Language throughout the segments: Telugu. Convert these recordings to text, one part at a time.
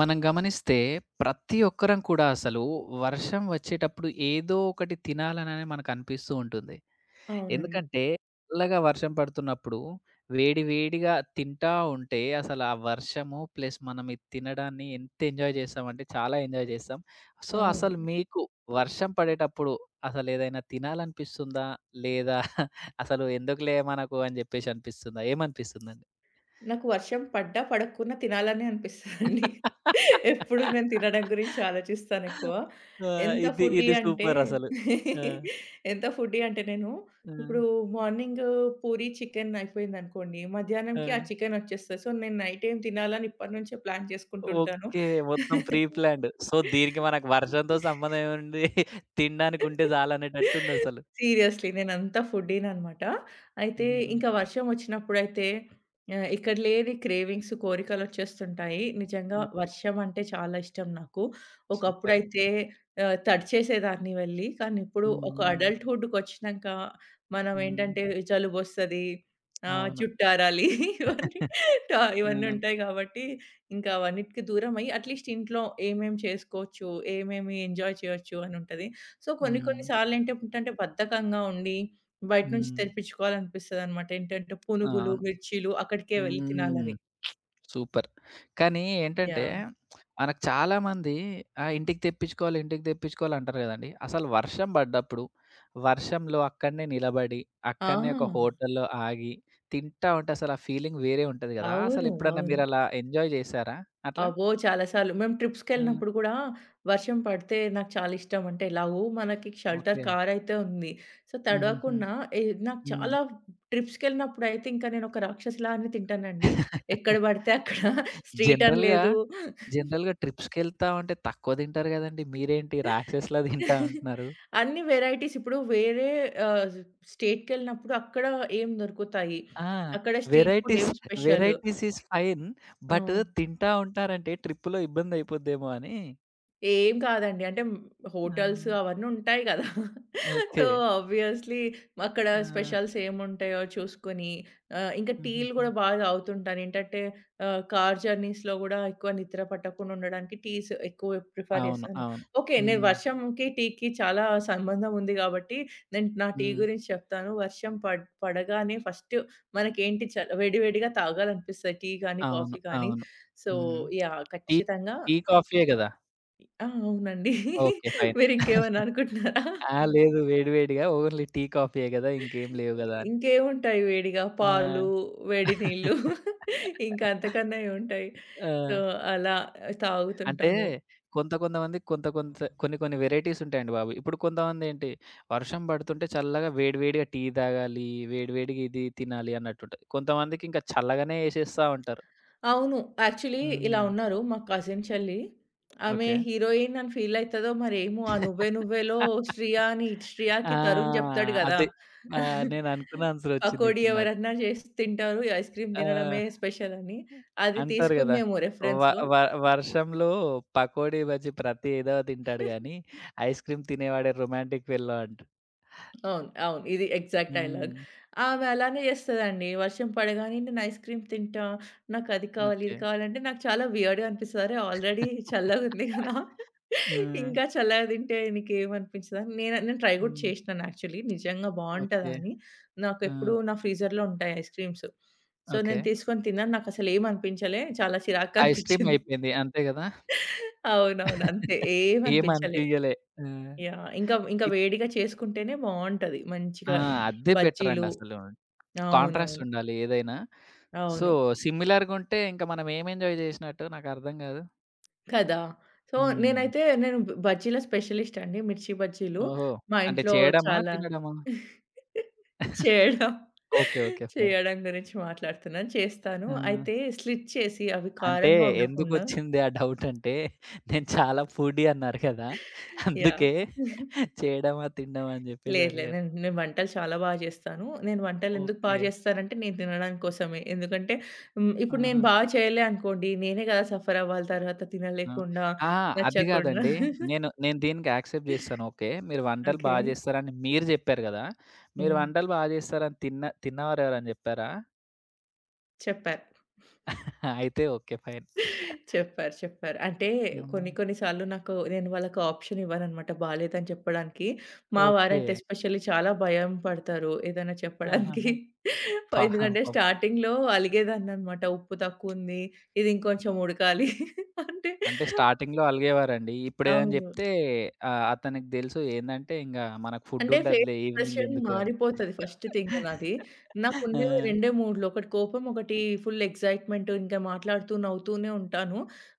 మనం గమనిస్తే ప్రతి ఒక్కరం కూడా అసలు వర్షం వచ్చేటప్పుడు ఏదో ఒకటి తినాలననే మనకు అనిపిస్తూ ఉంటుంది. అవునండి. ఎందుకంటే చల్లగా వర్షం పడుతున్నప్పుడు వేడి వేడిగా తింటా ఉంటే అసలు ఆ వర్షము ప్లస్ మనం ఇది తినడాన్ని ఎంత ఎంజాయ్ చేస్తామంటే చాలా ఎంజాయ్ చేస్తాం. సో, అసలు అవును. మీకు వర్షం పడేటప్పుడు అసలు ఏదైనా తినాలనిపిస్తుందా? లేదా అసలు ఎందుకులే మనకు అని జెప్పేసి అనిపిస్తుందా? ఏమనిపిస్తుందండి? నాకు వర్షం పడ్డా, పడకున్నా తినాలనే అనిపిస్తదండి. ఎప్పుడు నేను తినడం గురించి ఆలోచిస్తానెక్కువ. ఆ! ఎంత ఇది, ఫుడ్డీ ఇది అంటే సూపరసలు. ఆ! ఎంత ఫుడ్డీ అంటే నేను ఆ! ఇప్పుడు మార్నింగ్ పూరి, చికెన్ అయిపోయిందనుకోండి, ఆ! మధ్యాహ్నంకి ఆ చికెనొచ్చేస్తది. సో, నేను నైట్ ఏం తినాలని ఇప్పటి నుంచే ప్లాన్ చేసుకుంటుంటాను. ఓకే. మొత్తం ప్రీ ప్లాన్డ్. సో, దీనికి మనకు వర్షంతో సంబంధం ఏముంది? తినడానికి ఉంటే చాలనేటట్టుందసలు. సీరియస్‌లీ. నేనంతా ఫుడ్డీననమాట. అయితే హుహుహు. ఇంకా వర్షం వచ్చినప్పుడైతే ఇక్కడ లేని క్రేవింగ్స్, కోరికలొచ్చేస్తుంటాయి. నిజంగా ఓహ్! వర్షం అంటే చాలా ఇష్టం నాకు. సూపర్. ఒకప్పుడైతే తడిచేసేదాన్ని వెళ్ళి. కానీ ఇప్పుడు హ్మ్. ఒక హ్మ్. అడల్ట్‌హుడ్‌కొచ్చినంక హ్మ్. మనమేంటంటే జలుబొస్తది, అవును. జుట్టారాలి ఇవన్నీ ట ఇవన్నీ అవును. ఉంటాయి కాబట్టి, ఇంకా అవన్నిటికి దూరమై అట్‌లీస్ట్ ఇంట్లో ఏమేం చేసుకోవచ్చు, ఏమేమి ఎంజాయ్ చేయొచ్చు అనుంటది. సో, కొన్ని హ్మ్. కొన్ని సార్లేంటి ఏంటంటే బద్ధకంగా ఉండి, బయట నుంచి హ్మ్. తెప్పించుకోవాలనిపిస్తదనమాట. ఏంటంటే పునుగులు, అవును. మిర్చీలు అక్కడికే వెళ్లి హ్మ్. తినాలని. సూపర్. కానీ ఏంటంటే, యాహ్! మనకు చాలామంది ఇంటికి తెప్పించుకోవాలి, ఇంటికి తెప్పించుకోవాలి అంటారు కదండీ! అసలు వర్షం పడ్డప్పుడు, వర్షంలో అక్కడనే నిలబడి, అక్కడనే ఒక ఆ! హోటల్‌లో ఆగి, తింటా ఉంటే అసలు ఆ ఫీలింగ్ వేరే ఉంటది కదా! అసలు అవును. ఎప్పుడన్నా అవును. మీరు అలా ఎంజాయ్ చేశారా అట్లా? అబ్బో! చాలా సార్లు. మేము ఆ! ట్రిప్స్‌కెళ్ళినప్పుడు కూడా వర్షం పడితే నాకు చాలా ఇష్టం. అంటే ఎలాగో మనకి షెల్టర్ ఓకే. కారైతే ఉంది. సో, హుహుహు. తడవకుండా ఏ నాకు హ్మ్. చాలా ట్రిప్స్‌కెళ్ళినప్పుడైతే ఇంకా నేను ఒక రాక్షసిలానే తింటానండి. ఎక్కడ పడితే అక్కడ స్ట్రీట్ అని జనరల్‌గా, లేదు. జనరల్‌గా ట్రిప్స్‌కెళ్తా ఉంటే తక్కువ తింటారు కదండీ! మీరేంటి రాక్షసులా తింటా అంటున్నారు? అన్ని వేరైటీస్ ఇప్పుడు వేరే ఆహ్, స్టేట్‌కెళ్ళినప్పుడు అక్కడ ఏం దొరుకుతాయి? ఆ! అక్కడ స్ట్రీట్ ఫుడ్ వెరైటీస్, ఏం స్పెషల్? Varieties is fine. ఆ! బట్ తింటా ఉంటారంటే ట్రిప్‌లో ఇబ్బందయిపోద్దేమో అని. ఏం కాదండి. అంటే ఆ! హోటల్స్ అవన్నీ ఉంటాయి గదా! So, okay. ఆబ్వియస్‌లీ అక్కడ ఆ! స్పెషల్స్ ఏముంటాయో చూసుకొని ఇంకా టీలు హుహుహు. గూడా బాగా తాగుతుంటాను. ఏంటంటే కార్ జర్నీస్‌లో గూడా ఎక్కువ నిద్ర పట్టకుండా ఉండడానికి టీస్ ఎక్కువ ప్రిఫర్ అవును. జేస్తాను. అవును. ఓకే. నేను హ్మ్. వర్షంకి, టీకి చాలా సంబంధం ఉంది గాబట్టి నేను నా టీ హ్మ్. గురించి చెప్తాను. వర్షం పడగానే ఫస్ట్ మనకేంటి వేడి వేడిగా తాగాలనిపిస్తది టీ గానీ, అవును. కాఫీ గానీ. అవును. సో, హ్మ్. యాహ్! టీ, ఖచ్చితంగా టీ, కాఫీయే గదా! ఆ! అవునండి. ఓకే. ఫైన్. మీరింకేమన్నా అనుకుంటున్నారా? ఆ! లేదు వేడి వేడిగా ఓన్లీ టీ, కాఫీయే గదా! ఇంకేం లేవు గదా! అని. ఇంకేముంటాయి వేడిగా పాలు, ఆ! వేడి నీళ్ళు ఇంకా అంతకన్నా ఏముంటాయి. ఆ! సో, అలా అంటే తాగుతుంటాము. కొంత కొంతమంది కొంత కొంత కొన్ని కొన్ని వెరైటీస్ ఉంటాయండి బాబు. ఇప్పుడు కొంతమందేంటి వర్షం పడుతుంటే చల్లగా వేడి వేడిగా టీ తాగాలి, వేడి వేడిగా ఇది తినాలి అన్నట్టుంటది. కొంతమందికి ఇంకా చల్లగానే ఏసేస్తా ఉంటారు. అవును. యాక్చువల్లీ ఇలా హ్మ్. ఉన్నారు మా కజిన్ చెల్లి. ఆమె ఓకే. హీరోయిన్ అని ఫీల్ అయితదో మరేమో ఆ 'నువ్వే నువ్వేలో' శ్రియ అని ఆ! శ్రియకి తరుణ్ చెప్తాడు గదా! అదే. ఆ! నేను అనుకున్న ఆన్సర్ వచ్చింది పకోడీ ఇప్పుడు నాకు. ఎవరన్నా చేసి తింటారు. ఐస్ క్రీమ్ ఆ! తినడమే స్పెషల్ అని. అది అంటారు గదా! తీసుకుందేమో వ రిఫరెన్స్. వ వర్షంలో పకోడీ, బజ్జీ ప్రతి ఎదవ తింటాడు గానీ, ఐస్ క్రీమ్ తినేవాడే రొమాంటిక్ ఫెల్లో అంటారు. అవును. అవును. ఇది ఎగ్జాక్ట్ డైలాగ్. హ్మ్. ఆమె అలానే చేస్తదండి. వర్షం పడగానే నేను ఐస్ క్రీమ్ తింటా, నాకది కావాలి, ఓకే. ఇది కావాలంటే నాకు చాలా వియర్డ్‌గా అనిపిస్తది. అరే! ఆల్రెడీ చల్లగుంది కదా! ఆ! ఇంకా చల్లగా తింటే నీకేమనిపించదని నేను నేను ట్రై గూడా హ్మ్. చేసినాను యాక్చువల్లీ. నిజంగా బావుంటదా ఓకే. అని. ఆ! నాకెప్పుడూ నా ఫ్రీజర్‌లో ఉంటాయి ఐస్ క్రీమ్స్. So, okay. నేను తీసుకొని తిన్నాను. నాకసలేమనిపించలే. చాలా చిరాగ్గా ఐస్ క్రీమ్ అనిపించింది. అయిపోయింది. అంతే గదా! అవునవును. అంతే. ఏమనిపించలే. ఏమనిపియలే. ఆ! యాహ్! ఇంకా ఇప్ వేడిగా చేసుకుంటేనే బావుంటది. ఆ! మంచిగా అదే బెటరండి బజ్జీలు. అసలు. అవునవును. కాంట్రాస్ట్ ఉండాలి ఏదైనా. సో, అవును. సిమిలర్‌గుంటే ఇంక మనం ఏం ఎంజాయ్ జేసినట్టు నాకర్థం గాదు. కదా! సో, హ్మ్. నేనైతే నేను బజ్జీల స్పెషలిస్ట్ అండి. మిర్చి బజ్జీలు. ఓహో! మా అంటే ఇంట్లో చేయడమా? చాలా తినడమా? చేయడం, ఓకే. ఓకే. ఫైన్. చేయడం గురించి మాట్లాడుతున్నాను. చేస్తాను. ఆ! అయితే స్లిట్ చేసి అవి అంటే కారంగా ఉండకుండా ఎందుకొచ్చింది ఆ డౌటంటే నేను చాలా ఫుడీ అన్నారు కదా! యాహ్! అందుకే చేయడమా? తినడమా? అని జెప్పేసి లేదు లేదు. అడిగాను. నేను నేను వంటలు చాలా బాగా చేస్తాను. నేను వంటలు ఎందుకు బాగా ఓకే. చేస్తానంటే, నేను తినడానికి కోసమే. ఎందుకంటే ఇప్పుడు నేను ఆహా! బాగా చేయలే అనుకోండి, నేనే కదా సఫర్ అవ్వాలి తర్వాత అవును. తినలేకుండా, అహా! అది నచ్చకుండా. గాదండి. నేను నేను దీనికి యాక్సెప్ట్ జేస్తాను. ఓకే. మీరు వంటలు బా ఓకే. జేస్తారని మీరు జెప్పారు గదా! మీరు హ్మ్. వంటలు బా జేస్తారని తిన్నవారు ఎవరైనా జెప్పారా? చెప్పారు. అయితే ఓకే. ఫైన్. చెప్పారు. చెప్పారు. అంటే కొన్ని హ్మ్. కొన్ని సార్లు నాకు నేను వాళ్ళకి ఆప్షన్ ఇవ్వననమాట బాలేదని చెప్పడానికి. మా ఓకే. వారంటే ఎస్పెషల్లీ చాలా భయం పడతారు ఏదైనా చెప్పడానికి. ఆహాహా! ఎందుకంటే పాపం. స్టార్టింగ్‌లో అలిగేదాన్ననమాట. ఉప్పు తక్కువుంది, ఇది ఇంకొంచెం ఉడకాలి అంటే అంటే స్టార్టింగ్‌లో అలిగేవారండి. ఇప్పుడేదైనా అవును. జెప్తే అతనికి దెలుసు ఏందంటే ఇంగ మనకు ఫుడ్ అంటే ఫేస్ ఉండదులే ఈవినింగ్ ఎక్స్‌ప్రెషన్ ఎందుకు అని. మారిపోతది ఫస్ట్ థింగ్ నాది. ఆ! నాకుండేవి రెండే మూడ్‌లు. ఒకటి కోపం, ఒకటి ఫుల్ ఎక్సైట్‌మెంట్. ఇంకా మాట్లాడుతూ నవ్వుతూనే ఉంటాను.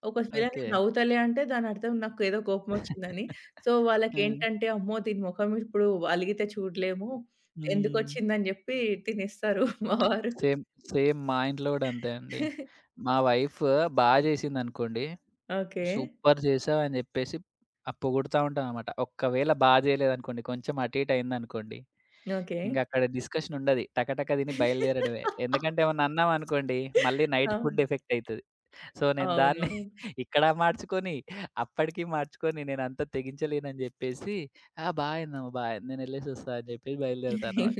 ఒకవేళ ఓకే. నేను నవ్వుతలే అంటే దానర్థం నాకేదో కోపమొచ్చిందని. సో, ఆ! వాళ్ళకేంటంటే అమ్మో! దీని మొఖం ఇప్పుడు అలిగితే చూడలేము. హ్మ్. ఎందుకొచ్చిందని జెప్పి తినేస్తారు మా వారు. సేమ్, సేమ్ మా ఇంట్లో గూడా అంతే అండి. మా వైఫ్ బా జేసిందనుకోండి, ఓకే. "సూపర్ చేసావు" అని జెప్పేసి పొగుడుతా ఉంటాననమాట. ఒక్కవేళ బా జేయలేదనుకోండి, కొంచెం అటు ఇటు అయిందనుకోండి, ఓకే. ఇంగక్కడ డిస్కషన్ ఉండది. టకటక తిని బయలుదేరడమే. ఎందుకంటే ఏమన్నా అన్నామనుకోండి, మళ్ళీ నైట్ అవును. ఫుడ్ ఎఫెక్ట్ అయితది. సో, నేను దాన్ని అవునవును. ఇక్కడ మార్చుకొని, అప్పటికి మార్చుకొని, నేనంత తెగించలేనని జెప్పేసి, "ఆ! బా అయిందమ్మ, బా అయింది. నేనెళ్ళేసొస్తా" అని జెప్పేసి బయలుదేరతా అనమాట.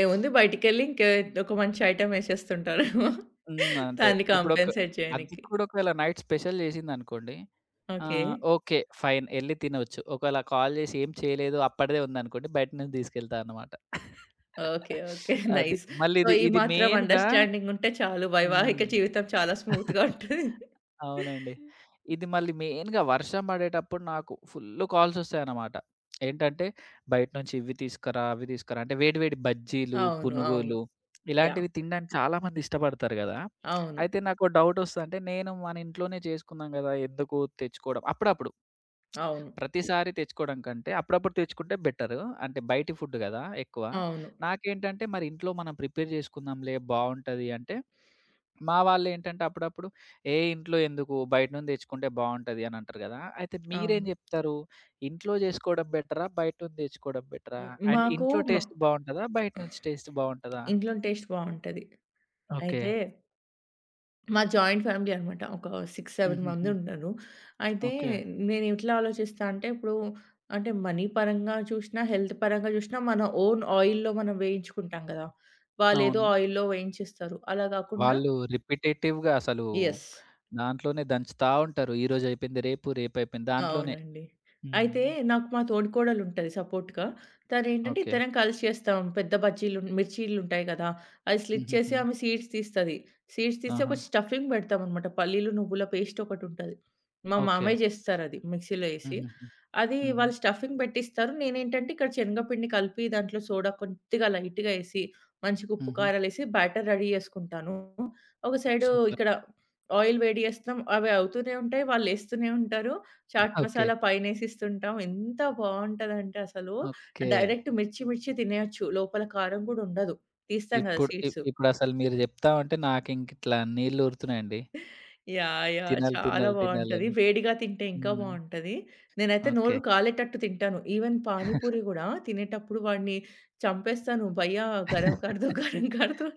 ఏముంది బయటికెళ్ళి ఇంక ఒక మంచి ఐటెమ్ ఏసేస్తుంటారేమో. హ్మ్. అంతే. దాన్ని ఇప్పుడొక కాంపెన్సేట్ అది చేయనికి. కూడా ఒకవేళ నైట్ స్పెషల్ చేసిందనుకోండి. ఓకే. ఓకే. ఫైన్ ఎళ్లి తినొచ్చు. ఒకవేళ కాల్ చేసి ఏం చేయలేదు అప్పటిదే ఉందనుకోండి బయట నుంచి తీసుకెళ్తా అన్నమాట. ఓకే. ఓకే. అది. నైస్. మళ్ళీ సో, ఇది ఈ ఇది మాత్రం మెయిన్‌గా అండర్‌స్టాండింగ్ ఉంటే చాలు వైవాహిక హ్మ్. జీవితం చాలా స్మూత్‌గా ఉంటది. అవునండి. ఇది మళ్ళీ మెయిన్‌గా వర్షం పడేటప్పుడు నాకు ఫుల్లు కాల్సొస్తాయన్నమాట. ఏంటంటే బయట నుంచి ఇవి తీసుకురా, అవి తీసుకురా అంటే వేడి వేడి బజ్జీలు, అవును. అవును. పునుగులు యాహ్! ఇలాంటివి తినడానికి చాలా మంది ఇష్టపడతారు గదా! అవును. అయితే నాకో డౌటొస్తది. అంటే నేను మన ఇంట్లోనే చేసుకున్నాం గదా! ఎందుకు తెచ్చుకోవడం. అప్పుడప్పుడు అవును. ప్రతిసారి తెచ్చుకోవడం కంటే అప్పుడప్పుడు తెచ్చుకుంటే బెటరు. అంటే బయటి ఫుడ్ గదా! ఎక్కువ. అవును. నాకేంటంటే మరి ఇంట్లో మనం ప్రిపేర్ చేసుకుందాంలే బావుంటది అంటే మా వాళ్ళేంటంటే అప్పుడప్పుడు, "ఏ ఇంట్లో ఎందుకు బయట నుండి తెచ్చుకుంటే బావుంటది" అని అంటారు గదా! అయితే మీరేం అవును. జెప్తారు? ఇంట్లో జేసుకోవడం బెటరా? బయట నుండి తెచ్చుకోవడం బెటరా? అండ్ మాకు ఇంట్లో మ టేస్ట్ బావుంటదా? బయట నుంచి టేస్ట్ బావుంటదా? ఇంట్లో టేస్ట్ బావుంటది. ఓకే. అయితే మా జాయింట్ ఫ్యామిలీ అనమాట. ఒక 6, 7 హుహుహు. మందున్నారు. అయితే ఓకే. నేనెట్లా ఆలోచిస్తా అంటే, ఇప్పుడు అంటే మనీ పరంగా చూసినా, హెల్త్ పరంగా చూసినా మన ఓన్ ఆయిల్‌లో మనం వేయించుకుంటాం గదా! వాళ్ళేదో అవును. ఆయిల్‌లో వేయించిస్తారు. అలా గాకుండా వాళ్ళు రిపిటేటివ్‌గా అసలు యెస్. దాంట్లోనే దంచుతా ఉంటారు. ఈరోజు అయిపోయింది రేపు, రేపు అయిపోయింది దాంట్లోనే. అవునండి. హ్మ్. అయితే నాకు మా తోడికోడలుంటది సపోర్ట్‌గా. తనేంటంటే ఓకే. ఇద్దరం కలిసి చేస్తాం. పెద్ద బజ్జీలు, మిర్చీలుంటాయి కదా! అవి స్లిట్ చేసి హుహుహు. ఆమె సీడ్స్ తీస్తది. సీడ్స్ తీసి ఆహా! ఒక స్టఫింగ్ పెడతామనమాట. పల్లీలు, నువ్వుల పేస్ట్ ఒకటుంటది. మా ఓకే. మామయ్య చేస్తారది మిక్సీలో ఏసి. హుహుహు. అది హుహు. వాళ్ళు స్టఫింగ్ పెట్టిస్తారు. నేనేంటంటే ఇక్కడ శనగపిండి కలిపి దాంట్లో సోడా కొద్దిగా లైట్‌గా ఏసి, మంచిగా ఉప్పు, హుహు. కారాలేసి బ్యాటర్ రెడీ చేసుకుంటాను. ఒక సైడు సూపర్. ఇక్కడ ఆయిల్ వేడి చేస్తాం. అవి అవుతూనే ఉంటాయి. వాళ్ళేస్తూనే ఉంటారు. చాట్ ఓకే. మసాలా పైనేసిస్తుంటాం. ఎంత బావుంటదంటే అసలు ఓకే. డైరెక్ట్ మిర్చి, మిర్చి తినేయొచ్చు. లోపల కారం గూడా ఉండదు. తీస్తాం గదా ఇప్పుడు ఇప్ సీడ్స్. ఇప్పుడసలు మీరు జెప్తా ఉంటే నాకింకిట్లా నీళ్లు ఊరుతున్నాయండి. యాహ్! యాహ్! తినాలి, చాలా తినాలి, బావుంటది. తినాలని. వేడిగా తింటే ఇంకా హ్మ్. బావుంటది. నేనైతే ఓకే. నోరు కాలేటట్టు తింటాను. ఈవెన్ పానీ పూరి గూడా తినేటప్పుడు వాడిని చంపేస్తాను. "భయ్యా గరం కర్ దో, గరం కర్ దో"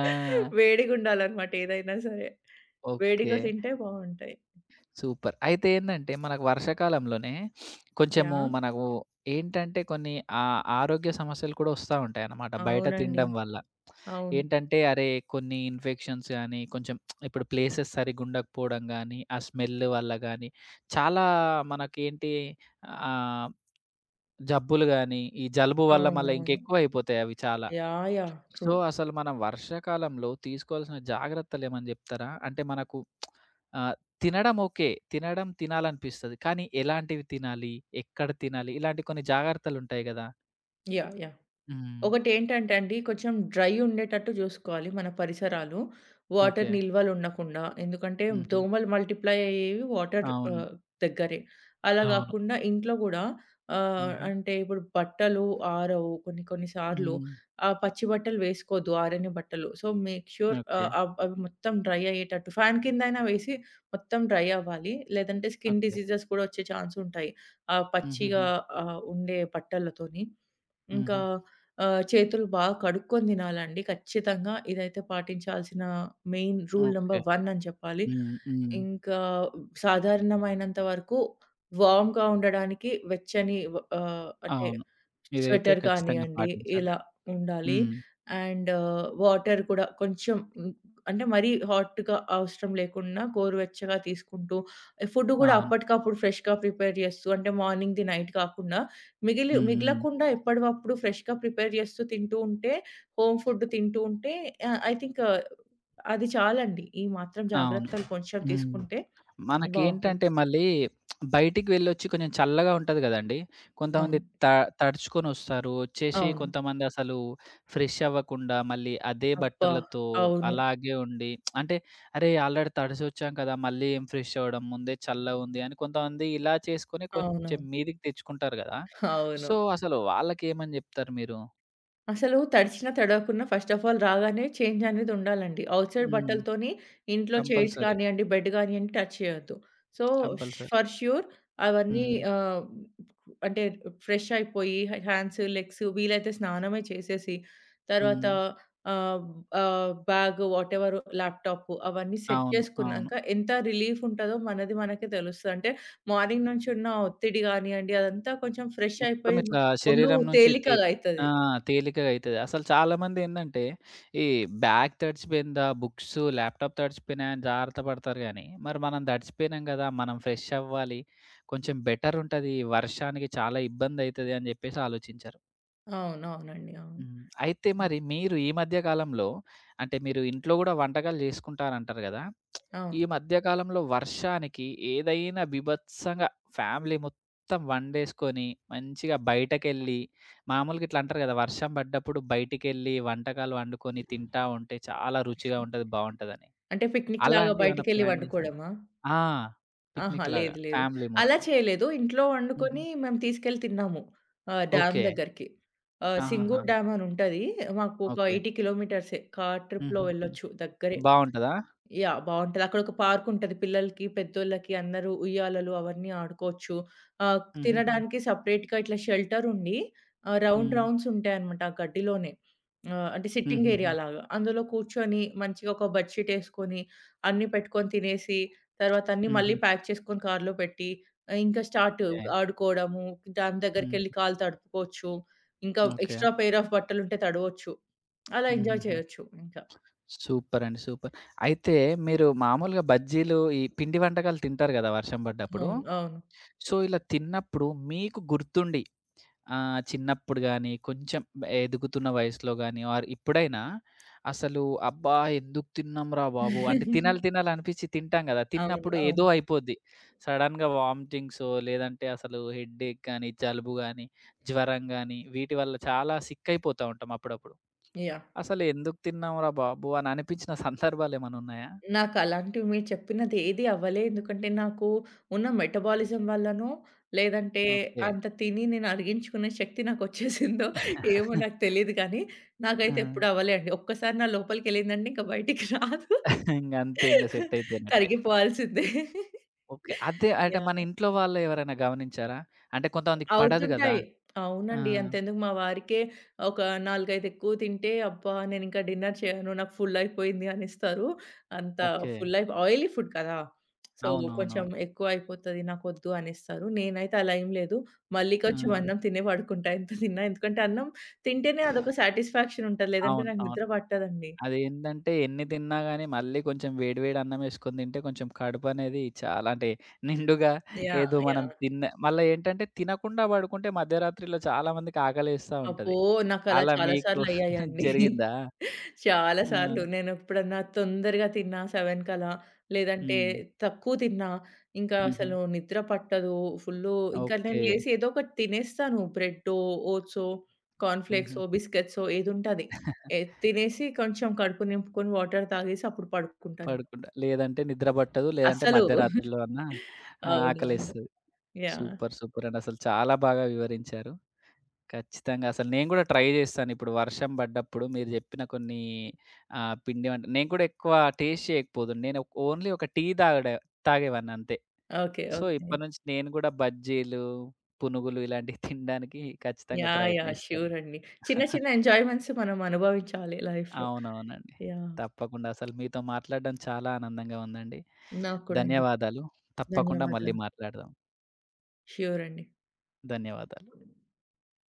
ఆ! వేడిగుండాలన్నమాట ఏదైనా సరే. ఓకే. వేడిగా తింటే బావుంటాయి. సూపర్. అయితే ఏందంటే, మనకు వర్షాకాలంలోనే కొంచెము యాహ్! మనకు ఏంటంటే, కొన్ని ఆరోగ్య సమస్యలు కూడా ఒస్తా ఉంటాయన్నమాట బయట అవునండి. తినడం వల్ల. అవును. ఏంటంటే, అరే కొన్ని ఇన్ఫెక్షన్స్ గానీ, కొంచెం ఇప్పుడు ప్లేసెస్ సరిగ్గుండకపోవడం గానీ, ఆ స్మెల్ వల్ల గానీ, చాలా మనకేంటి ఆహ్, జబ్బులు గాని, ఈ జలుబు వల్ల మళ్ళా అవునవును. ఇంకెక్కువైపోతాయి అవి చాలా. యాహ్! యాహ్! ట్రూ. సో, అసలు మనం వర్షాకాలంలో తీసుకోవాల్సిన జాగ్రత్తలేమన్నా జెప్తారా? అంటే మనకు ఆహ్, తినడం ఓకే. తినడం తినాలనిపిస్తది. కానీ ఎలాంటివి తినాలి? ఎక్కడ తినాలి? ఇలాంటి కొన్ని జాగ్రత్తలుంటాయి గదా! యాహ్! యాహ్! హ్మ్. ఒకటేంటంటే అండి, కొంచెం డ్రై ఉండేటట్టు జూసుకోవాలి మన పరిసరాలు. Water okay. నిల్వలు ఉండకుండా. ఎందుకంటే హుహు. దోమలు మల్టిప్లై అయ్యేవి వాటర్ అవును. దగ్గరే. అలా అవును. గాకుండా ఇంట్లో గూడా హుహు. అంటే ఇప్పుడు బట్టలు ఆరవు కొన్ని కొన్ని సార్లు. హ్మ్. ఆ పచ్చి బట్టలు వేసుకోవద్దు ఆరని బట్టలు. So, make sure okay. అవి మొత్తం డ్రై అయ్యేటట్టు ఫ్యాన్ కిందైనా వేసి మొత్తం డ్రై అవ్వాలి. లేదంటే స్కిన్ ఓకే. డిసీజెస్ కూడా వచ్చే ఛాన్స్ ఉంటాయి. ఆ హుహుహు. పచ్చిగా ఉండే బట్టలతోని. ఇంకా హుహు. చేతులు బాగా కడుక్కొని తినాలండి ఖచ్చితంగా. ఇదైతే పాటించాల్సిన మెయిన్ రూల్ ఓకే. నంబర్ 1 అని చెప్పాలి. హ్మ్. హ్మ్. ఇంకా సాధారణమైనంత వరకు వార్మ్‌గా ఉండడానికి వెచ్చని అంటే అవును. ఇదైతే స్వెటర్ ఖచ్చితంగా కానియండి పాటించాలి. ఇలా ఉండాలి. హ్మ్. అండ్ వాటర్ కూడా కొంచెం అంటే మరీ హాట్‌గా అవసరం లేకుండా గోరువెచ్చగా తీసుకుంటూ, ఫుడ్ కూడా అవును. అప్పటికప్పుడు ఫ్రెష్‌గా ప్రిపేర్ చేస్తూ అంటే మార్నింగ్‌ది నైట్ కాకుండా మిగిలి హ్మ్. హ్మ్. మిగలకుండా ఎప్పటివప్పుడు ఫ్రెష్‌గా ప్రిపేర్ చేస్తూ తింటూ ఉంటే, హోమ్ ఫుడ్ తింటూ ఉంటే ఐ థింక్ అది చాలండి. ఈ మాత్రం అవును. జాగ్రత్తలు కొంచెం హ్మ్. తీసుకుంటే బావుంటుంది. మనకేంటంటే మళ్ళీ బయటికి వెళ్ళొచ్చి కొంచెం చల్లగా ఉంటది గదండీ! కొంతమంది అవును. త తడుచుకొనొస్తారు. వచ్చేసి అవును. కొంతమందసలు ఫ్రెష్ అవ్వకుండా మళ్ళీ అదే అబ్బా! బట్టలతో అవును. అలాగే ఉండి అంటే అరే! ఆల్రెడీ తడిసొచ్చాం కదా! మళ్ళీ ఏం ఫ్రెష్ అవ్వడం ముందే చల్లగుంది అని కొంతమంది ఇలా చేసుకొని అవునవును. కొంచెం మీదికి తెచ్చుకుంటారు గదా! అవును. సో, అసలు వాళ్ళకేమని జెప్తారు మీరు? అసలు తడిచినా, తడవకున్నా ఫస్ట్ ఆఫ్ ఆల్ రాగానే చేంజ్ అనేది ఉండాలండి. ఔట్ సైడ్ హ్మ్. బట్టలతోని ఇంట్లో చైర్స్ కంపల్సరీ. కానియండి, బెడ్ కానియండి టచ్ చేయొద్దు. So, compulsory. ఫర్ ష్యూర్ అవన్నీ హ్మ్. ఆహ్, అంటే ఫ్రెష్ అయిపోయి హ్యాండ్స్, లెగ్స్ వీలైతే స్నానమే చేసేసి, తర్వాత హ్మ్. ఆహ్, బ్యాగ్ వాటెవర్ ల్యాప్‌టాప్ అవన్నీ సెట్ అవును. అవును. చేసుకున్నాక ఎంత రిలీఫ్ ఉంటదో మనది మనకే తెలుస్తది. అంటే మార్నింగ్ నుంచి ఉన్న ఒత్తిడి కానియండి అదంతా కొంచెం ఫ్రెష్ మొత్తం అయిపోయి ఇట్లా ఒళ్ళు శరీరం నుంచి తే తేలికగా ఆ! అయితది. తేలికగా అయితది. అసలు చాలామందేందంటే, ఈ బ్యాగ్ తడిచిపోయిందా, బుక్స్, ల్యాప్‌టాప్ తడిచిపోయినాయి అని జాగ్రత్త పడతారు గానీ, మరి మనం తడిచిపోయినాం గదా! మనం ఫ్రెష్ అవ్వాలి. కొంచెం బెటర్ ఉంటది. వర్షానికి చాలా ఇబ్బందయితది అని జెప్పేసి ఆలోచించరు. అవునవునండి. అవును. హ్మ్. అయితే మరి మీరు ఈ మధ్య కాలంలో అంటే మీరు ఇంట్లో గూడా వంటకాలు జేసుకుంటారంటారు గదా! ఈ అవును. మధ్య కాలంలో వర్షానికి ఏదైనా బీభత్సంగా ఫ్యామిలీ మొత్తం వండేసుకొని, మంచిగా బయటకెళ్ళి మామూలుగా ఇట్లా అంటారు గదా! వర్షం పడ్డప్పుడు బయటికెళ్ళి వంటకాలు వండుకొని తింటా ఉంటే చాలా రుచిగా ఉంటది, బావుంటదని. అంటే పిక్నిక్‌లాగా అలాంటివి ఏమైనా బయటికెళ్ళి ప్లాన్ జేసారా? వండుకోవడమా? ఆ! ఆహా! పిక్నిక్ లాగా లేదు, లేదు. ఫ్యామిలీ అలా మొత్తం. చేయలేదు. ఇంట్లో హుహు. వండుకొని మేము తీసుకెళ్ళి తిన్నాము. Dam okay. దగ్గరికి. ఆహాహా! సింగూర్ డ్యామ్ అని ఉంటది. మాకు ఒక ఓకే. 80 కిలోమీటర్సే. కార్ ట్రిప్‌లో హుహుహు. వెళ్ళొచ్చు దగ్గరే. బావుంటదా? యాహ్! బావుంటది. అక్కడొక పార్కుంటది. పిల్లలకి, పెద్దోళ్ళకి అందరూ ఉయ్యాలలు అవన్నీ ఆడుకోవచ్చు. ఆహ్, హుహుహు. తినడానికి సెపరేట్‌గా ఇట్లా షెల్టరుండి రౌండ్ హ్మ్. రౌండ్స్ ఉంటాయన్నమాట ఆ గడ్డిలోనే. అంటే సిట్టింగ్ హుహుహు. ఏరియా లాగా. అందులో కూర్చొని మంచిగా ఒక బెడ్ షీటేసుకొని, అన్నీ పెట్టుకొని తినేసి, తర్వాత అన్నీ హుహు. మళ్ళీ ప్యాక్ చేసుకొని కార్‌లో పెట్టి, ఆహ్, ఇంకా స్టార్ట్ ఓకే. ఆడుకోవడము, డామ్ హ్మ్. దగ్గరికెళ్ళి కాళ్ళు తడుపుకోవచ్చు. ఇంకా ఓకే. ఎక్స్‌ట్రా పెయిర్ ఆఫ్ బట్టలుంటే తడవొచ్చు. అలా ఎంజాయ్ హుహుహు. చేయొచ్చు ఇంకా. సూపర్ అండి. సూపర్. అయితే మీరు మామూలుగా బజ్జీలు, ఈ పిండి వంటకాలు తింటారు గదా! వర్షం పడ్డప్పుడు. అవును. అవును. సో, ఇలా తిన్నప్పుడు మీకు గుర్తుండి ఆ! చిన్నప్పుడు గాని, కొంచెం ఎదుగుతున్న వయసులో గాని ఆర్ ఇప్పుడైనా అసలు అబ్బా! ఎందుకు తిన్నాంరా బాబు! అంటే తినాలి తినాలి అనిపించి తింటాం గదా! అవును. తిన్నప్పుడు అవును. ఏదో అయిపోద్ది. సడెన్‌గా వామిటింగ్సో లేదంటే అసలు హెడ్‌ఏక్ గాని, జలుబు గాని, జ్వరం గాని వీటి వల్ల చాలా సిక్ అయిపోతా ఉంటాం అప్పుడప్పుడు. యాహ్! అసలు ఎందుకు తిన్నాంరా బాబు! అని అనిపించిన సందర్భాలేమన్నా ఉన్నాయా? నాకలాంటివి మీరు చెప్పినది ఏది అవ్వలే. ఎందుకంటే నాకు ఉన్న మెటబాలిజం వల్లనో, లేదంటే ఓకే. అంత తిని నేను అరిగించుకునే శక్తి నాకొచ్చేసిందో ఏమో నాకు తెలీదు కానీ, ఆ! నాకైతే ఎప్పుడు అవ్వలే అండి. ఒక్కసారి నా లోపలికెళ్ళిందంటే ఇంక బయటికి రాదు. ఇంగంతే ఇంగ సెట్ అయిపోయినట్టే. కరిగిపోవాల్సిందే. ఓకే. అదే అంటే మన యాహ్! ఇంట్లో వాళ్ళు ఎవరైనా గమనించారా? అంటే కొంతమందికి పడదు గదా! అవుతుంటాయి. ఆ! అవునండి. అంతెందుకు మా వారికే ఒక 4, 5 ఎక్కువ తింటే అబ్బా! నేనింకా డిన్నర్ చేయను. నాకు ఫుల్ అయిపోయింది అనిస్తారు. అంత ఓకే. ఫుల్ అయిపో ఆయిలీ ఫుడ్ కదా! సో, హ్మ్. కొంచెం అవునవునవును. ఎక్కువ అయిపోతది నాకొద్దు అనేస్తారు. నేనైతే అలా ఏం లేదు. మళ్ళీ హ్మ్. ఆ! కొంచెం అన్నం తినే పడుకుంటా ఎంత తిన్నా. ఎందుకంటే అన్నం తింటేనే అదొక సాటిస్ఫాక్షన్ ఉంటది. లేదంటే అవును. నాకు అవును. నిద్ర పట్టదండి. అదేంటంటే ఎన్ని తిన్నా గాని మళ్ళీ కొంచెం వేడి వేడి అన్నం ఏసుకొని తింటే కొంచెం కడుపనేది చాలా అంటే నిండుగా యాహ్! ఏదో మనం యాహ్! తిన్న మళ్ళా ఏంటంటే తినకుండా పడుకుంటే మధ్యరాత్రిలో చాలా మందికి ఆకలేస్తా అబ్బో! ఉంటది. నాకలా అలా చాలా మీకు సార్లు అయ్యాయండి. జరిగిందా? చాలా ఆ! సార్లు. నేనెప్పుడన్నా తొందరగా తిన్నా 7 కలా, లేదంటే హ్మ్. తక్కువ తిన్నా, ఇంకా హుహు. అసలు నిద్ర పట్టదు. ఫుల్లు ఇంకా నేను ఓకే. లేసి ఏదో ఒకటి తినేస్తాను. బ్రెడ్డో, ఓట్సో, హుహు. కార్న్‌ఫ్లేక్సో, బిస్కెట్సో ఏదుంటది. ఏ తినేసి కొంచెం కడుపు నింపుకొని వాటర్ తాగేసి అప్పుడు పడుకుంటానింక. పడుకుంటా. లేదంటే నిద్ర పట్టదు. లేదంటే అస్సలు మధ్యరాత్రిలో అన్నా అవునవును. ఆకలేస్తది. యాహ్! సూపర్. సూపర్ అండి. అసలు చాలా బాగా వివరించారు. ఖచ్చితంగా అసలు నేను గూడా ట్రై జేస్తాను. ఇప్పుడు వర్షం బడ్డప్పుడు మీరు జెప్పిన కొన్ని పిండి వంటలు నేను కూడా ఎక్కువ టేస్ట్ చేయకపోదును. నేను ఓన్లీ ఒక టీ తాగేవాడినంతే. ఓకే. So, okay. ఇప్పటి నుంచి నేను గూడా బజ్జీలు, పునుగులు ఇలాంటివి తినడానికి ఖచ్చితంగా యాహ్! యాహ్! ప్రయత్నిస్తాను. ష్యూర్ అండి. చిన్న చిన్న ఎంజాయ్‌మెంట్స్ మనం అనుభవించాలి లైఫ్‌లో. అవునవునండి. యాహ్! తప్పకుండా. అసలు మీతో మాట్లాడడం చాలా ఆనందంగా ఉందండి. నాకు కూడా అండి. ధన్యవాదాలు. తప్పకుండా మళ్ళీ ధన్యవాదాలు. మాట్లాడదాం. ష్యూర్ అండి. ధన్యవాదాలు.